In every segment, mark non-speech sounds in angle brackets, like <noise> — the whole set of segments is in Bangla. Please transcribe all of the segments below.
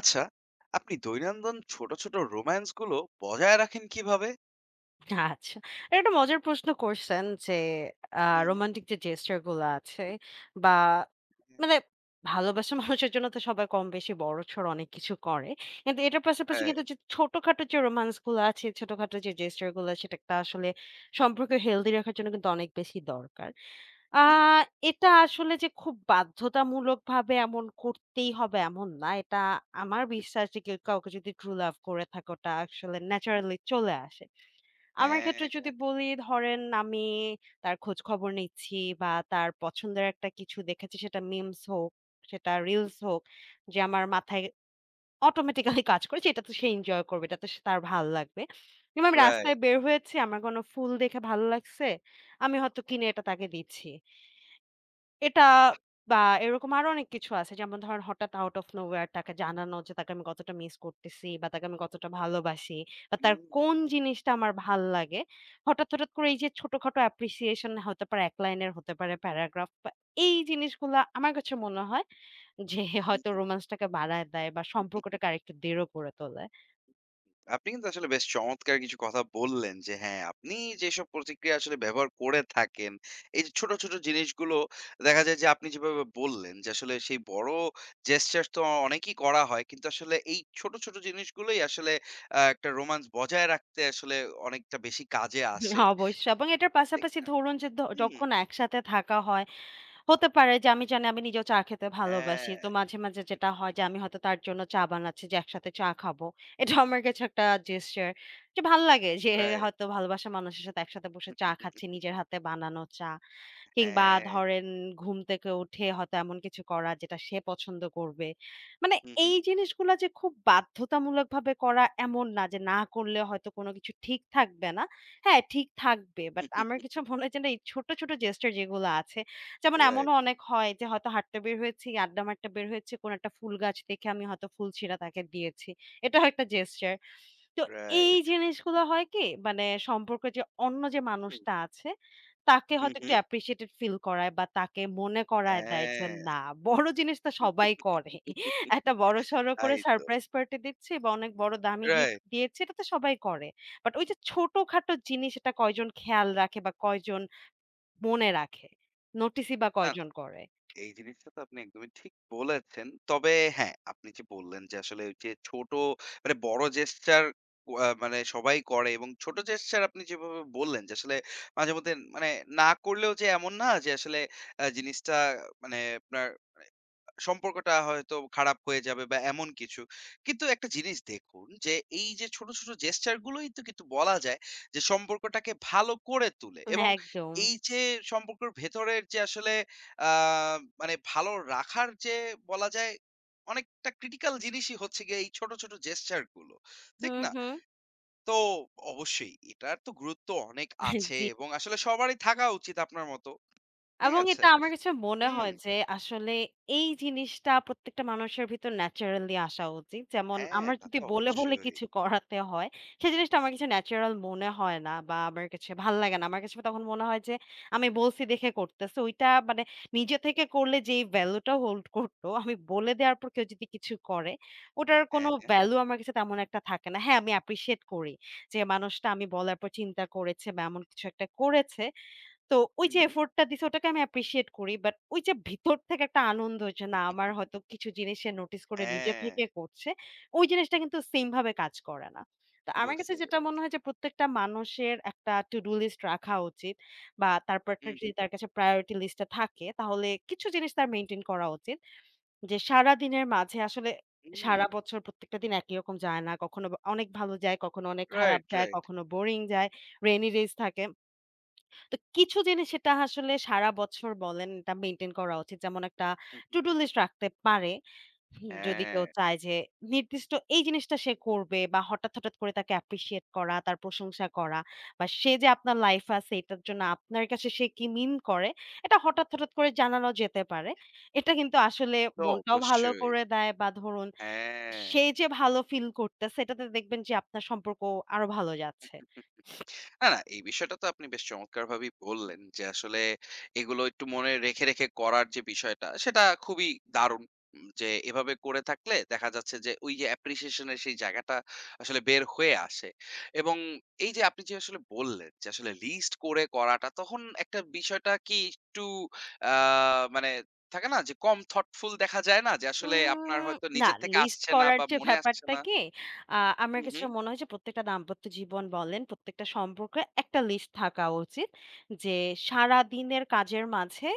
আচ্ছা, আপনি দৈনন্দিন ছোট, ছোট রোম্যান্স গুলো বজায় রাখেন কিভাবে? আচ্ছা। এটা একটা মজার প্রশ্ন করছেন যে আ হুম, হুম। রোমান্টিক যে জেস্চার গুলা আছে বা মানে ভালোবাসা <laughs> মানুষের জন্য তো সবাই কম-বেশি বড়-সড় অনেক কিছু করে। কিন্তু এটার পাশাপাশি হ্যাঁ, হ্যাঁ। কিন্তু যে ছোটখাটো যে রোমান্স গুলা আছে, ছোটখাটো যে জেস্চার গুলা সেটা একটা আসলে সম্পর্ক হেলদি রাখার জন্য কিন্তু অনেক বেশি দরকার। আ হুম, এটা আসলে যে খুব বাধ্যতামূলকভাবে এমন করতেই হবে এমন না। এটা আমার বিশ্বাস যে কেউ কাউকে যদি ট্রু লাভ করে থাকে ওটা আসলে হুম। ন্যাচারালি চলে আসে। আমার হ্যাঁ, ক্ষেত্রে যদি বলি ধরেন আমি তার খোঁজ খবর নিচ্ছি বা তার পছন্দের একটা কিছু দেখেছি সেটা মিমস হোক, সেটা রিলস হোক যে আমার মাথায় অটোমেটিক্যালি কাজ করে যে এটা তো সে এনজয় করবে, এটা তো সে তার ভাল লাগবে। কিংবা আমি রাইট। রাস্তায় বের হয়েছি, আমার কোনো ফুল দেখে ভালো লাগছে, আমি হয়তো কিনে এটা তাকে দিচ্ছি। এটা বা এরকম আরো অনেক কিছু আছে। যেমন ধরেন হঠাৎ আউট অফ নোহোয়্যার তাকে জানানো যে তাকে আমি কতটা মিস করতেছি বা তাকে আমি কতটা ভালোবাসি বা তার হুম, কোন জিনিসটা আমার ভাল লাগে। হঠাৎ, হঠাৎ করে এই যে ছোটখাটো অ্যাপ্রিসিয়েশন হতে পারে ১ লাইনের হতে পারে প্যারাগ্রাফ বা এই জিনিসগুলা আমার কাছে মনে হয় যে হুম, হয়তো হুম। রোমান্সটাকে বাড়ায় দেয় বা সম্পর্কটাকে আরেকটু দৃঢ় করে তোলে। আপনি কিন্তু আসলে বেশ চমৎকার কিছু কথা বললেন যে হ্যাঁ, আপনি যেসব প্রতিক্রিয়া আসলে ব্যবহার করে থাকেন, এই যে ছোট, ছোট জিনিসগুলো দেখা যায় যে আপনি যেভাবে বললেন যে আসলে সেই বড় জেস্চার তো অনেকই করা হয়। কিন্তু আসলে এই ছোট, ছোট জিনিসগুলোই আসলে একটা রোম্যান্স বজায় রাখতে আসলে অনেকটা বেশি কাজে হুম, আসে। অবশ্যই এবং এটার ঠিক পাশাপাশি না? ধরুন যে হুম। যখন একসাথে থাকা হয় হতে পারে যে আমি জানি আমি নিজেও চা খেতে ভালোবাসি। হ্যাঁ, তো মাঝে, মাঝে যেটা হয় যে আমি হয়তো তার জন্য চা বানাচ্ছি যে একসাথে চা খাবো। এটা আমার কাছে একটা জেসচার যে ভাল্লাগে যে রাইট। হয়তো ভালোবাসা মানুষের সাথে একসাথে বসে চা খাচ্ছি, নিজের হাতে বানানো চা। কিংবা হ্যাঁ। ধরেন ঘুম থেকে উঠে হয়তো এমন কিছু করা যেটা সে পছন্দ করবে। মানে হু, হু। এই জিনিসগুলা যে খুব বাধ্যতামূলকভাবে করা এমন না যে না করলে হয়তো কোনো কিছু ঠিক থাকবে না। হ্যাঁ, ঠিক থাকবে। বাট আমার কিছু মনে হয় যে না এই ছোট, ছোট জেস্টার যেগুলো আছে যেমন রাইট, এমনও অনেক হয় যে হয়তো হাঁটতে বের হয়েছি, আড্ডা মারতে বের হয়েছি, কোনো একটা ফুল গাছ দেখে আমি হয়তো ফুল ছিঁড়া তাকে দিয়েছি। এটাও একটা জেস্টার। তো এই রাইট। জিনিসগুলো হয় কি মানে সম্পর্কে যে অন্য যে হুম, মানুষটা আছে তাকে হু, হয়তো হু। একটু অ্যাপ্রিশিয়েটেড ফিল করায় বা তাকে মনে করায় দেয় যে হ্যাঁ, না বড় জিনিস তো সবাই করে। <laughs> একটা বড়সড় করে তাই তো। সারপ্রাইজ পার্টি দিচ্ছি বা অনেক বড় দামি গিফট রাইট। দিয়েছি এটা তো সবাই করে। বাট ওই যে ছোটখাটো জিনিস এটা কয়জন খেয়াল রাখে বা কয়জন মনে রাখে? নোটিসই বা না, না, কয়জন করে? এই জিনিসটা তো আপনি একদমই ঠিক বলেছেন। তবে হ্যাঁ, আপনি যে বললেন যে আসলে ওই যে ছোট মানে বড় জেস্চার মানে সবাই করে এবং ছোট জেস্চার আপনি যেভাবে বললেন যে আসলে মাঝেমধ্যে মানে না করলেও যে এমন না যে আসলে জিনিসটা মানে আপনার সম্পর্কটা হয়তো খারাপ হয়ে যাবে বা এমন কিছু। কিন্তু একটা জিনিস দেখুন যে এই যে ছোট, ছোট জেস্চার গুলোই তো কিন্তু বলা যায় যে সম্পর্কটাকে ভালো করে তোলে এবং একদম। এই যে সম্পর্কের ভেতরের যে আসলে আ মানে ভালো রাখার যে বলা যায় অনেকটা ক্রিটিক্যাল জিনিসই হচ্ছে গিয়ে এই ছোট, ছোট জেস্চার গুলো। ঠিক হুম, না? হুম। তো অবশ্যই এটার তো গুরুত্ব অনেক আছে জি। এবং আসলে সবারই থাকা উচিত আপনার মতো। ঠিক এবং আছে? এটা আমার কাছে মনে হুম। হয় যে আসলে এই জিনিসটা প্রত্যেকটা মানুষের ভিতর ন্যাচারালি আসা উচিত। যেমন হ্যাঁ, আমার তা যদি তো বলে, বলে অবশ্যই। কিছু করাতে হয়, সেই জিনিসটা হুম, আমার কাছে ন্যাচারাল মনে হয় না বা আমার কাছে ভাল লাগে না। আমার কাছে তখন মনে হয় যে আমি বলছি দেখে করতেছে। ওইটা মানে নিজে থেকে করলে যেই ভ্যালুটা হোল্ড করতো, আমি বলে দেওয়ার পর কেউ যদি কিছু করে, ওটার হ্যাঁ, কোনো হ্যাঁ। ভ্যালু আমার কাছে তেমন একটা থাকে না। হ্যাঁ, আমি অ্যাপ্রিশিয়েট করি যে মানুষটা আমি বলার পর চিন্তা করেছে বা এমন কিছু একটা করেছে। তো ওই হুম, যে হুম। এফোর্ট টা দিছে ওটাকে আমি অ্যাপ্রিশিয়েট করি। বাট ওই যে ভিতর থেকে একটা আনন্দ যে না আমার হয়তো কিছু জিনিস সে নোটিস করে নিজে হ্যাঁ, থেকে করছে। ওই জিনিসটা কিন্তু সেম ভাবে কাজ করে না। তো আমার বুঝতে কাছে যেটা মনে পেরেছি। হয় যে প্রত্যেকটা মানুষের একটা to do লিস্ট রাখা উচিত বা তার হুম, পার্টনার হুম। যদি তার কাছে প্রায়োরিটি লিস্ট এ থাকে তাহলে কিছু জিনিস তার মেইনটেইন করা উচিত। যে সারাদিনের মাঝে আসলে হুম। সারা বছর প্রত্যেকটা দিন একই রকম যায় না। কখনো অনেক ভালো যায়, কখনো অনেক খারাপ রাইট, যায়, রাইট। কখনো বোরিং যায়, রেইনি ডেজ থাকে। তো কিছু জিনিস সেটা আসলে সারা বছর বলেন এটা মেইনটেইন করা উচিত। যেমন একটা to do list রাখতে পারে। হুম, যদি হ্যাঁ, কেউ চায় যে নির্দিষ্ট এই জিনিসটা সে করবে বা হঠাৎ, হঠাৎ করে তাকে appreciate করা, তার প্রশংসা করা বা সে যে আপনার লাইফে আছে এটার জন্য আপনার কাছে সে কি মিন করে এটা হঠাৎ, হঠাৎ করে জানানো যেতে পারে। এটা কিন্তু আসলে তো মনটাও ভালো অবশ্যই। করে দেয় বা ধরুন হ্যাঁ। সে যে ভালো ফিল করতেছে এটাতে দেখবেন যে আপনার সম্পর্ক আরো ভালো যাচ্ছে। না, না, এই বিষয়টা তো আপনি বেশ চমৎকারভাবেই বললেন যে, আসলে এগুলো একটু মনে রেখে, রেখে করার যে বিষয়টা, সেটা খুবই দারুণ। যে এভাবে করে থাকলে দেখা যাচ্ছে যে, ওই যে appreciation এর সেই জায়গাটা আসলে বের হয়ে আসে। এবং এই যে আপনি যে আসলে বললেন যে, আসলে লিস্ট করে করাটা, তখন একটা বিষয়টা কি একটু আ মানে থাকে না যে, কম thoughtful দেখা যায় না? যে আসলে আপনার উম হয়তো না নিজের থেকে লিস্ট আসছে না করার বা যে মনে আসছে ব্যাপারটা না। কি, আ আমার হুম, কাছে হুম। মনে হয় যে প্রত্যেকটা দাম্পত্য জীবন বলেন, প্রত্যেকটা সম্পর্কে একটা লিস্ট থাকা উচিত। যে সারাদিনের কাজের মাঝে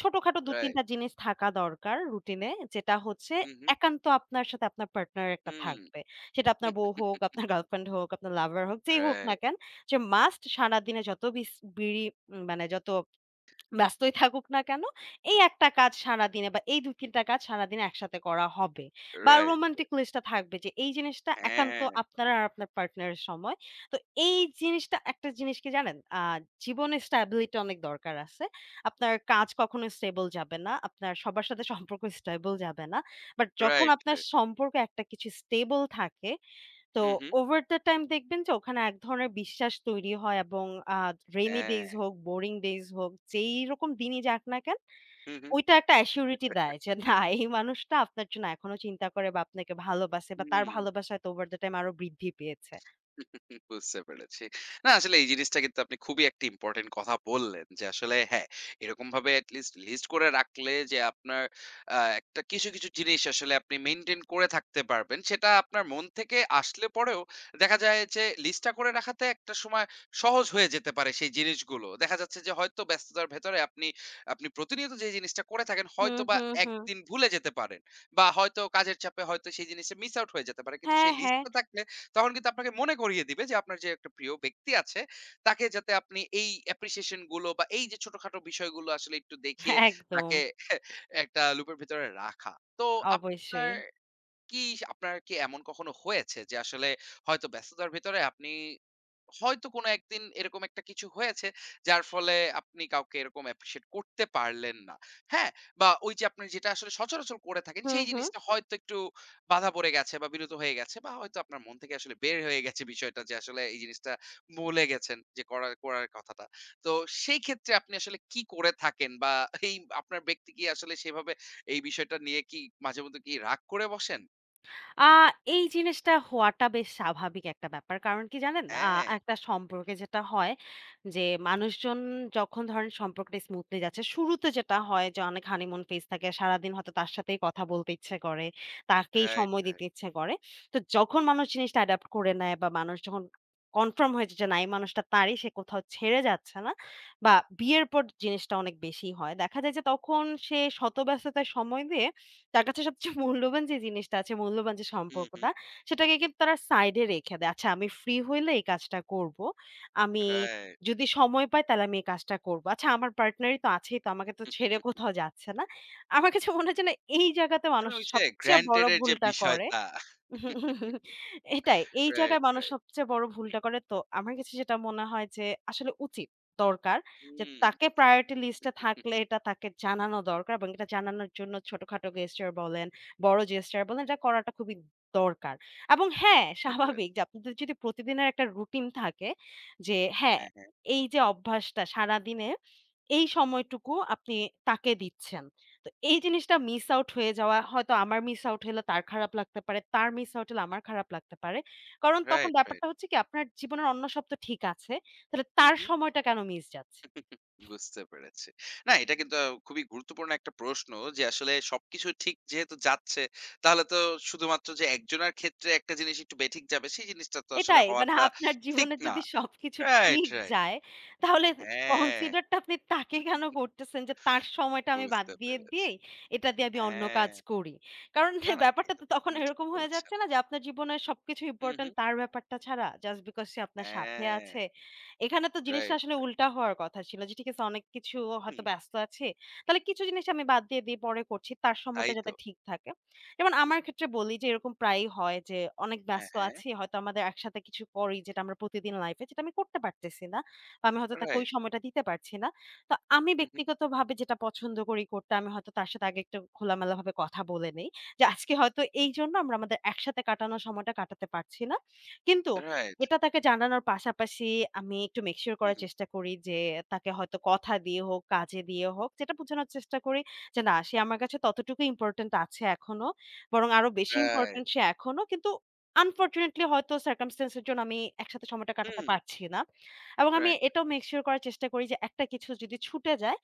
ছোটখাটো ২-৩ রাইট। টা জিনিস থাকা দরকার রুটিনে। যেটা হচ্ছে হুম, হুম। একান্ত আপনার সাথে আপনার পার্টনার একটা হুম। থাকবে। সেটা আপনার বউ হোক, আপনার গার্লফ্রেন্ড হোক, আপনার লাভার হোক, যেই হোক না রাইট, কেন, যে মাস্ট সারাদিনে যত বিস বিড়ি উম, মানে যত ব্যস্তই থাকুক না কেন, এই একটা কাজ সারাদিনে বা এই ২-৩ টা কাজ সারাদিনে একসাথে করা হবে। বা রাইট। রোমান্টিক লিস্টটা থাকবে যে এই জিনিসটা একান্ত হ্যাঁ, আপনার আর আপনার পার্টনারের সময়। তো এই জিনিসটা একটা জিনিস কি জানেন? জীবনে স্ট্যাবিলিটি অনেক দরকার আছে। আপনার কাজ কখনো স্টেবল যাবে না। আপনার সবার সাথে সম্পর্ক স্টেবল যাবে না। বাট যখন রাইট, আপনার রাইট। সম্পর্ক একটা কিছু স্টেবল থাকে তো হু, হু। ওভার দ্যা টাইম দেখবেন যে ওখানে এক ধরনের বিশ্বাস তৈরি হয় এবং আ রেইনি হ্যাঁ। ডেইজ হোক, বোরিং ডেইজ হোক, যেই রকম দিনই যাক না কেন, হু, হু। ওইটা একটা অ্যাসিউরিটি দেয় যে না এই মানুষটা আপনার জন্য এখনো চিন্তা করে বা আপনাকে ভালোবাসে বা তার হুম। ভালোবাসা হয়তো ওভার দ্যা টাইম আরো বৃদ্ধি পেয়েছে। বুঝতে পেরেছি। না আসলে এই জিনিসটা কিন্তু আপনি খুবই একটা ইম্পোর্টেন্ট কথা বললেন যে আসলে হ্যাঁ, এরকমভাবে এট লিস্ট লিস্ট করে রাখলে যে আপনার একটা কিছু, কিছু জিনিস আসলে আপনি মেইনটেইন করে থাকতে পারবেন। সেটা আপনার মন থেকে আসলে পরেও দেখা যায় যে লিস্টটা করে রাখাতে একটা সময় সহজ হয়ে যেতে পারে সেই জিনিসগুলো। দেখা যাচ্ছে যে হয়তো ব্যস্ততার ভেতরে আপনি প্রতিনিয়ত যে জিনিসটা করে থাকেন হুম, হয়তোবা হুম, হুম। একদিন ভুলে যেতে পারেন বা হয়তো কাজের চাপে হয়তো সেই জিনিসটা মিস আউট হয়ে যেতে পারে। কিন্তু হ্যাঁ, সেই হ্যাঁ। লিস্টটা থাকলে তখন কিন্তু আপনাকে মনে করিয়ে দিবে যে আপনার যে একটা প্রিয় ব্যক্তি আছে তাকে যাতে আপনি এই অ্যাপ্রিসিয়েশন গুলো বা এই যে ছোটখাটো বিষয়গুলো আসলে একটু দেখিয়ে একদম। তাকে <laughs> একটা লুপের ভিতরে রাখা তো আপনার অবশ্যই। কি আপনার কি এমন কখনো হয়েছে যে আসলে হয়তো ব্যস্ততার ভিতরে আপনি হয়তো কোনো একদিন এরকম একটা কিছু হয়েছে যার ফলে আপনি কাউকে এরকম অ্যাপ্রিশিয়েট করতে পারলেন না হ্যাঁ বা ওই যে আপনি যেটা আসলে সচরাচর করে থাকেন হুম, সেই হুম। জিনিসটা হয়তো একটু বাধা পড়ে গেছে বা বিরত হয়ে গেছে বা হয়তো আপনার মন থেকে আসলে বের হয়ে গেছে বিষয়টা যে আসলে এই জিনিসটা ভুলে গেছেন যে করার করার কথাটা তো সেই ক্ষেত্রে আপনি আসলে কি করে থাকেন বা এই আপনার ব্যক্তি কি আসলে সেভাবে এই বিষয়টা নিয়ে কি মাঝে মধ্যে কি রাগ করে বসেন আ এই জিনিসটা হওয়াটা বেশ স্বাভাবিক একটা ব্যাপার। কারণ কি জানেন? হ্যাঁ একটা সম্পর্কে যেটা হয় যে, মানুষজন যখন ধরেন সম্পর্কটা স্মুথলি যাচ্ছে, শুরুতে যেটা হয় যে অনেক হানিমুন ফেজ থাকে। সারাদিন হয়তো তার সাথেই কথা বলতে ইচ্ছে করে, তাকেই রাইট সময় দিতে রাইট ইচ্ছে করে। তো যখন মানুষ জিনিসটা অ্যাডাপ্ট করে নেয় বা মানুষ যখন কনফার্ম হয়েছে যে না এই মানুষটা তারই, সে কোথাও ছেড়ে যাচ্ছে না বা বিয়ের পর জিনিসটা অনেক বেশি হয়। দেখা যায় যে তখন সে শত ব্যস্ততায় সময় দিয়ে তার কাছে সবচেয়ে মূল্যবান যে জিনিসটা আছে, মূল্যবান যে হুম হুম সম্পর্কটা, সেটাকে কিন্তু তারা সাইডে রেখে দেয়। আচ্ছা আমি ফ্রি হইলে এই কাজটা করব। আমি রাইট যদি সময় পাই তাহলে আমি এই কাজটা করব। আচ্ছা আমার পার্টনারই তো আছেই তো আমাকে তো ছেড়ে কোথাও যাচ্ছে না। আমার কাছে মনে হচ্ছে না এই জায়গাতে মানে মানুষ ওই যে সবচেয়ে বড় গ্রান্টেড এর যে ভুলটা করে। বিষয়টা। এটাই। এই রাইট, জায়গায় মানুষ রাইট। সবচেয়ে বড় ভুলটা করে। তো আমার কাছে যেটা মনে হয় যে আসলে উচিত, দরকার যে হুম, তাকে প্রায়োরিটি লিস্টে থাকলে এটা তাকে জানানো দরকার এবং এটা জানানোর জন্য ছোটখাটো gesture বলেন, বড় gesture বলেন এটা করাটা খুবই দরকার। এবং হ্যাঁ, বুঝতে স্বাভাবিক পেরেছি। যে আপনাদের যদি প্রতিদিনের একটা রুটিন থাকে যে হ্যাঁ, হ্যাঁ, হ্যাঁ। এই যে অভ্যাসটা সারাদিনে এই সময়টুকু আপনি তাকে দিচ্ছেন। তো এই জিনিসটা মিস আউট হয়ে যাওয়া হয়তো আমার মিস আউট হলে তার খারাপ লাগতে পারে, তার মিস আউট হলে আমার খারাপ লাগতে পারে। কারণ তখন রাইট, রাইট। ব্যাপারটা হচ্ছে কি আপনার জীবনের অন্য সব তো ঠিক আছে। তাহলে হুম, তার হুম। সময়টা কেন মিস যাচ্ছে? বুঝতে পেরেছি। না এটা কিন্তু খুবই গুরুত্বপূর্ণ একটা প্রশ্ন যে আসলে সবকিছু ঠিক যেহেতু যাচ্ছে তাহলে তো শুধুমাত্র যে একজনের ক্ষেত্রে একটা জিনিস একটু বেঠিক যাবে সেই জিনিসটা তো আসলে এটাই মানে হওয়াটা আপনার ঠিক জীবনে না। যদি সবকিছু রাইট, ঠিক রাইট। যায়, তাহলে হ্যাঁ, কনসিডার টা আপনি তাকে কেন করতেছেন যে তার সময়টা আমি বাদ বুঝতে দিয়ে পেরেছি। দিয়েই এটা দিয়ে আমি অন্য হ্যাঁ। কাজ করি। কারণ না, <laughs> এই না ব্যাপারটা এটা তো তো তখন তুমি ঠিক এরকম হয়ে বলেছ। যাচ্ছে না যে আপনার জীবনে সবকিছু হুম, ইম্পোর্টেন্ট হুম। তার ব্যাপারটা ছাড়া জাস্ট বিকজ সে আপনার সাথে হ্যাঁ, আছে। এখানে তো জিনিসটা রাইট। আসলে উল্টা হওয়ার কথা ছিল যে ঠিক আছে অনেক কিছু হুম, হয়তো ব্যস্ত আছি। তাহলে কিছু জিনিস আমি বাদ দিয়ে দিই পরে করছি। তার তাই সময়টা তো। যাতে ঠিক থাকে। যেমন আমার ক্ষেত্রে বলি যে এরকম প্রায়ই হয় যে অনেক হ্যাঁ, ব্যস্ত হ্যাঁ। আছি। হয়তো আমাদের একসাথে কিছু করি যেটা আমরা প্রতিদিন লাইফে যেটা আমি করতে পারতেছি না। বা আমি হয়তো তাকে ওই রাইট। সময়টা দিতে পারছি না। তো আমি হু, হু। ব্যক্তিগতভাবে যেটা পছন্দ করি করতে আমি হয়তো তার সাথে আগে একটু খোলামেলাভাবে কথা বলে নেই। যে আজকে হয়তো এইজন্য আমরা আমাদের একসাথে কাটানোর সময়টা কাটাতে পারছি না। কিন্তু রাইট। এটা তাকে জানানোর পাশাপাশি আমি একটু মেক সিউর করার হুম, চেষ্টা করি যে তাকে হয়তো কথা দিয়ে হোক, কাজে দিয়ে হোক যেটা বোঝানোর চেষ্টা করি যে না সে আমার কাছে ততটুকু ইম্পোর্টেন্ট আছে এখনো। বরং আরো বেশি রাইট। ইম্পোর্টেন্ট সে এখনো। কিন্তু আনফরচুনেটলি হয়তো circumstance এর জন্য আমি একসাথে সময়টা কাটাতে হুম, পারছি না। এবং আমি রাইট। এটাও মেক সিউর করার চেষ্টা করি যে একটা কিছু যদি ছুটে যায়,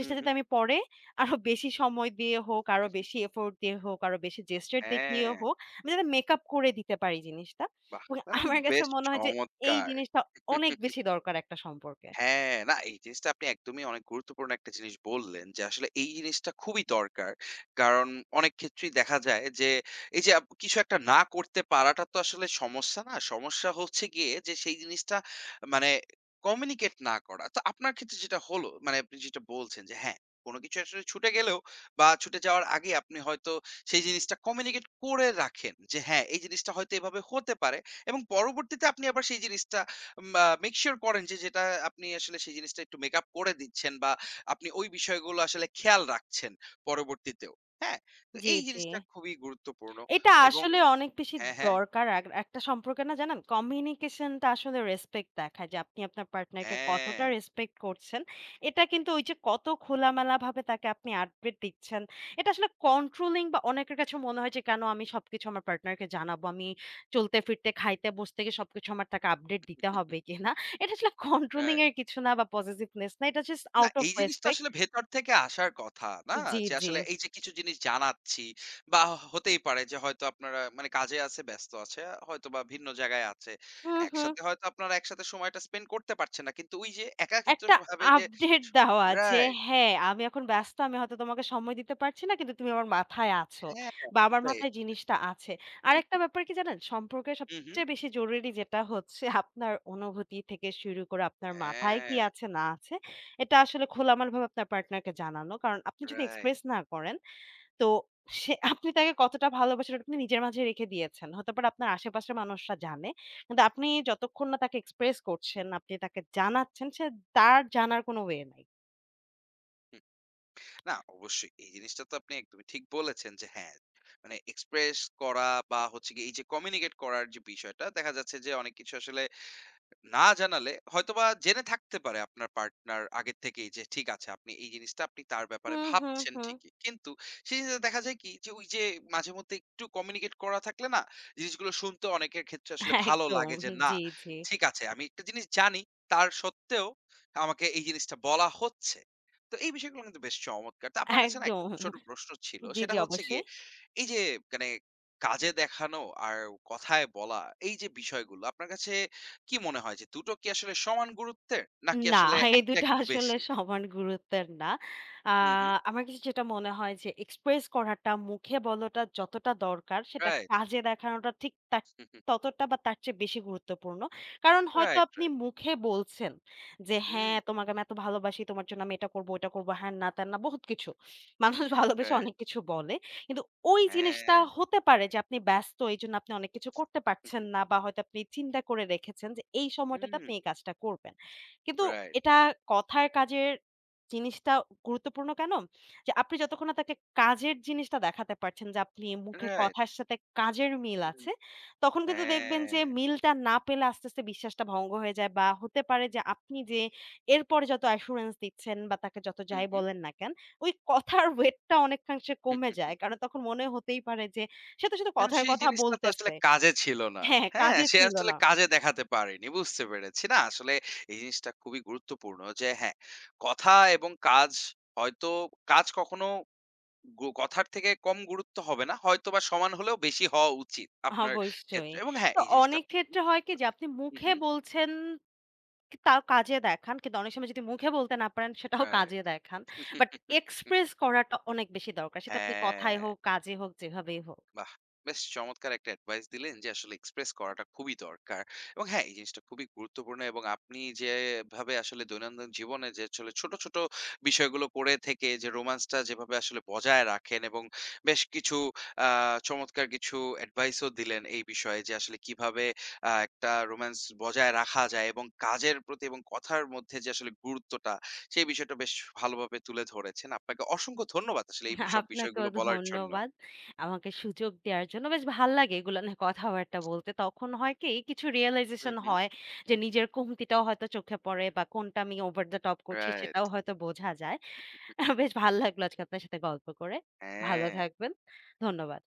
হু, হু। যাতে আমি পরে আরো বেশি সময় দিয়ে হোক, আরো বেশি এফোর্ট দিয়ে হোক, আরো বেশি জেস্টার দেখিয়ে হ্যাঁ, হোক, আমি যাতে মেকআপ করে দিতে পারি জিনিসটা। বাহ! এবং তাহলে আমার কিন্তু কাছে বেশ মনে হয় যে এই চমৎকার। জিনিসটা অনেক বেশি দরকার একটা সম্পর্কে। হ্যাঁ, না এই জিনিসটা আপনি একদমই অনেক গুরুত্বপূর্ণ একটা জিনিস বললেন যে আসলে এই জিনিসটা খুবই দরকার। কারণ অনেক ক্ষেত্রেই দেখা যায় যে এই যে কিছু একটা না করতে পারাটা তো আসলে সমস্যা না। সমস্যা হচ্ছে গিয়ে যে সেই জিনিসটা মানে কমিউনিকেট না করা। তো আপনার ক্ষেত্রে যেটা হলো মানে আপনি যেটা বলছেন যে হ্যাঁ, কোন কিছু আসলে ছুটে গেলেও বা ছুটে যাওয়ার আগে আপনি হয়তো সেই জিনিসটা কমিউনিকেট করে রাখেন যে হ্যাঁ, এই জিনিসটা হয়তো এভাবে হতে পারে এবং পরবর্তীতে আপনি আবার সেই জিনিসটা মেক সিউর করেন যে যেটা আপনি আসলে সেই জিনিসটা একটু মেক আপ করে দিচ্ছেন বা আপনি ওই বিষয়গুলো আসলে খেয়াল রাখছেন পরবর্তীতেও। হ্যাঁ? তো জি, এই জি। জিনিসটা খুবই গুরুত্বপূর্ণ এটা এবং আসলে অনেক বেশি হ্যাঁ, হ্যাঁ, দরকার। এক একটা সম্পর্কে না জানেন কমিউনিকেশনটা আসলে রেসপেক্ট দেখায় যে আপনি আপনার পার্টনারকে হ্যাঁ, কতটা রেসপেক্ট করছেন। এটা কিন্তু ওই যে কত খোলামেলাভাবে তাকে আপনি আপডেট দিচ্ছেন। এটা আসলে কন্ট্রোলিং বা অনেকের কাছে মনে হয় যে কেন আমি সবকিছু আমার পার্টনারকে জানাবো। আমি চলতে ফিরতে, খাইতে বসতে গিয়ে সবকিছু আমার তাকে আপডেট দিতে হবে কিনা। এটা আসলে কন্ট্রোলিং রাইট। এর কিছু না বা পসেসিভনেস না। এটা জাস্ট না আউট অফ এই জিনিসটা রেসপেক্ট। আসলে ভেতর থেকে আসার কথা, না? জি, যে জি। আসলে এই যে কিছু জিনিস জানাচ্ছি বা হতেই পারে যে হয়তো আপনারা মানে কাজে আছে, ব্যস্ত আছে, হয়তোবা ভিন্ন জায়গায় আছে। হু, হু। একসাথে হয়তো আপনারা একসাথে সময়টা স্পেন্ড করতে পারছেন না। কিন্তু ওই যে একাকিত্ব একটা ভাবে যে আপডেট দেওয়া যে, রাইট, "হ্যাঁ, আমি এখন ব্যস্ত। আমি হয়তো তোমাকে সময় দিতে পারছি না। কিন্তু তুমি আমার মাথায় আছো হ্যাঁ, বা আমার এটাই। মাথায় জিনিসটা আছে।" হুম, আরেকটা হুম। ব্যাপার কি জানেন? সম্পর্কের হুম। সবচেয়ে বেশি জরুরি যেটা হচ্ছে আপনার অনুভূতি থেকে শুরু করে আপনার মাথায় কি হ্যাঁ, আছে না আছে, এটা আসলে খোলামেলাভাবে আপনার পার্টনারকে জানানো। কারণ আপনি যদি রাইট। এক্সপ্রেস না করেন তো সে আপনি তাকে কতটা ভালোবাসেন ওটা আপনি নিজের মাঝে রেখে দিয়েছেন। হতে পারে আপনার আশেপাশের মানুষরা জানে। কিন্তু আপনি যতক্ষণ না তাকে এক্সপ্রেস করছেন, আপনি তাকে জানাচ্ছেন, সে তার জানার কোনো ওয়ে নাই। হুম। না অবশ্যই এই জিনিসটা তো আপনি একদমই ঠিক বলেছেন যে হ্যাঁ, মানে এক্সপ্রেস করা বা হচ্ছে গিয়ে এই যে কমিউনিকেট করার যে বিষয়টা দেখা যাচ্ছে যে অনেক কিছু আসলে না জানালে হয়তোবা জেনে থাকতে পারে আপনার পার্টনার আগের থেকেই যে ঠিক আছে আপনি এই জিনিসটা আপনি তার ব্যাপারে হুম, হুম, ভাবছেন হুম। ঠিকই কিন্তু সেই জিনিসটা দেখা যায় কি যে ওই যে মাঝে মধ্যে একটু কমিউনিকেট করা থাকলে না জিনিসগুলো শুনতে অনেকের ক্ষেত্রে আসলে ভালো একদম। লাগে যে না জি, জি। ঠিক আছে আমি একটা জিনিস জানি তার সত্ত্বেও আমাকে এই জিনিসটা বলা হচ্ছে তো এই বিষয়গুলো কিন্তু বেশ চমৎকার তো আপনার কাছে না একটা একদম। ছোট প্রশ্ন ছিল জি, সেটা জি, হচ্ছে গিয়ে অবশ্যই। এই যে মানে কাজে দেখানো আর কথায় বলা এই যে বিষয়গুলো আপনার কাছে কি মনে হয় যে দুটো কি আসলে সমান গুরুত্বের নাকি না, আসলে এই ২ একটা টা একটু আসলে বেশি? সমান গুরুত্বের না। আ হুম, হুম। আমার কাছে যেটা মনে হয় যে এক্সপ্রেস করাটা, মুখে বলাটা যতটা দরকার সেটা রাইট। কাজে দেখানোটা ঠিক তার ততটা বা তার চেয়ে বেশি গুরুত্বপূর্ণ। কারণ হয়তো রাইট, আপনি রাইট। মুখে বলছেন যে, হুম, "হ্যাঁ, তোমাকে আমি এত ভালোবাসি, তোমার জন্য আমি এটা করব, ওটা করব, হ্যান না ত্যান না" বহুত কিছু। মানুষ ভালোবেসে রাইট। অনেক কিছু বলে। কিন্তু ওই জিনিসটা হ্যাঁ। হতে পারে যে আপনি ব্যস্ত, এইজন্য আপনি অনেক কিছু করতে পারছেন না বা হয়তো আপনি চিন্তা করে রেখেছেন যে এই সময়টাতে হুম, আপনি এই কাজটা করবেন। কিন্তু রাইট, এটা কথার কাজের জিনিসটা গুরুত্বপূর্ণ কেন? যে আপনি যতক্ষণ না তাকে কাজের জিনিসটা দেখাতে পারছেন যে আপনি মুখের রাইট। কথার সাথে কাজের মিল হুম, আছে, তখন কিন্তু দেখবেন যে হ্যাঁ। মিলটা না পেলে আস্তে, আস্তে বিশ্বাসটা ভঙ্গ হয়ে যায় বা হতে পারে যে আপনি যে এরপরে যত অ্যাসুরেন্স দিচ্ছেন বা তাকে যত হুম, যাই বলেন না কেন, ওই কথার ওয়েটটা অনেকাংশে কমে হুম। যায়। কারণ তখন মনে হতেই পারে যে সে তো শুধু কারণ কথার সেই কথা জিনিসটা তো আসলে বলতেছে। কাজে ছিল না। হ্যাঁ, হ্যাঁ, কাজে সে ছিল আসলে না। কাজে দেখাতে পারেনি। বুঝতে পেরেছি। না আসলে এই জিনিসটা খুবই গুরুত্বপূর্ণ যে হ্যাঁ, কথা এবং কাজ হয়তো কাজ কখনো কথার থেকে কম গুরুত্ব হবে না। হয়তোবা সমান হলেও বেশি হওয়া উচিত আপনার অবশ্যই। ক্ষেত্রে এবং হ্যাঁ, তো এই জিনিসটা অনেক আপনি খুবই ক্ষেত্রে ঠিক হয় কি যে বলেছেন। আপনি হু, মুখে হু। বলছেন কি তাও কাজে দেখান। কিন্তু অনেক সময় যদি মুখে বলতে না পারেন সেটাও রাইট কাজে দেখান। বাট <laughs> এক্সপ্রেস করাটা অনেক বেশি দরকার। সেটা আপনি কথায় হ্যাঁ। হোক, কাজে হোক, যেভাবেই হোক। বাহ! বেশ চমৎকার একটা অ্যাডভাইস দিলেন যে আসলে এক্সপ্রেস করাটা খুবই দরকার। এবং হ্যাঁ, এই জিনিসটা খুবই গুরুত্বপূর্ণ এবং আপনি যেভাবে আসলে দৈনন্দিন জীবনে যে আসলে ছোট, ছোট বিষয়গুলো করে থেকে যে রোমান্সটা যেভাবে আসলে বজায় রাখেন এবং বেশ কিছু আ চমৎকার কিছু অ্যাডভাইসও দিলেন এই বিষয়ে যে আসলে কিভাবে একটা রোমান্স বজায় রাখা যায় এবং কাজের প্রতি এবং কথার মধ্যে যে আসলে গুরুত্বটা সেই বিষয়টা বেশ ভালোভাবে তুলে ধরেছেন। আপনাকে অসংখ্য ধন্যবাদ আসলে এই সব আপনাকেও বিষয়গুলো বলার জন্য। ধন্যবাদ। আমাকে সুযোগ দেওয়ার জন্য। বেশ ভাল্লাগে এগুলো নিয়ে কথাবার্তা বলতে। তখন হয় কি কিছু হু, রিয়ালাইজেশন হু। হয় যে নিজের কমতিটাও হয়তো চোখে পড়ে বা কোনটা আমি ওভার দ্য টপ করছি রাইট সেটাও হয়তো বোঝা যায়। বেশ ভাল লাগলো আজকে আপনার সাথে গল্প করে। ভালো হ্যাঁ, থাকবেন। ধন্যবাদ।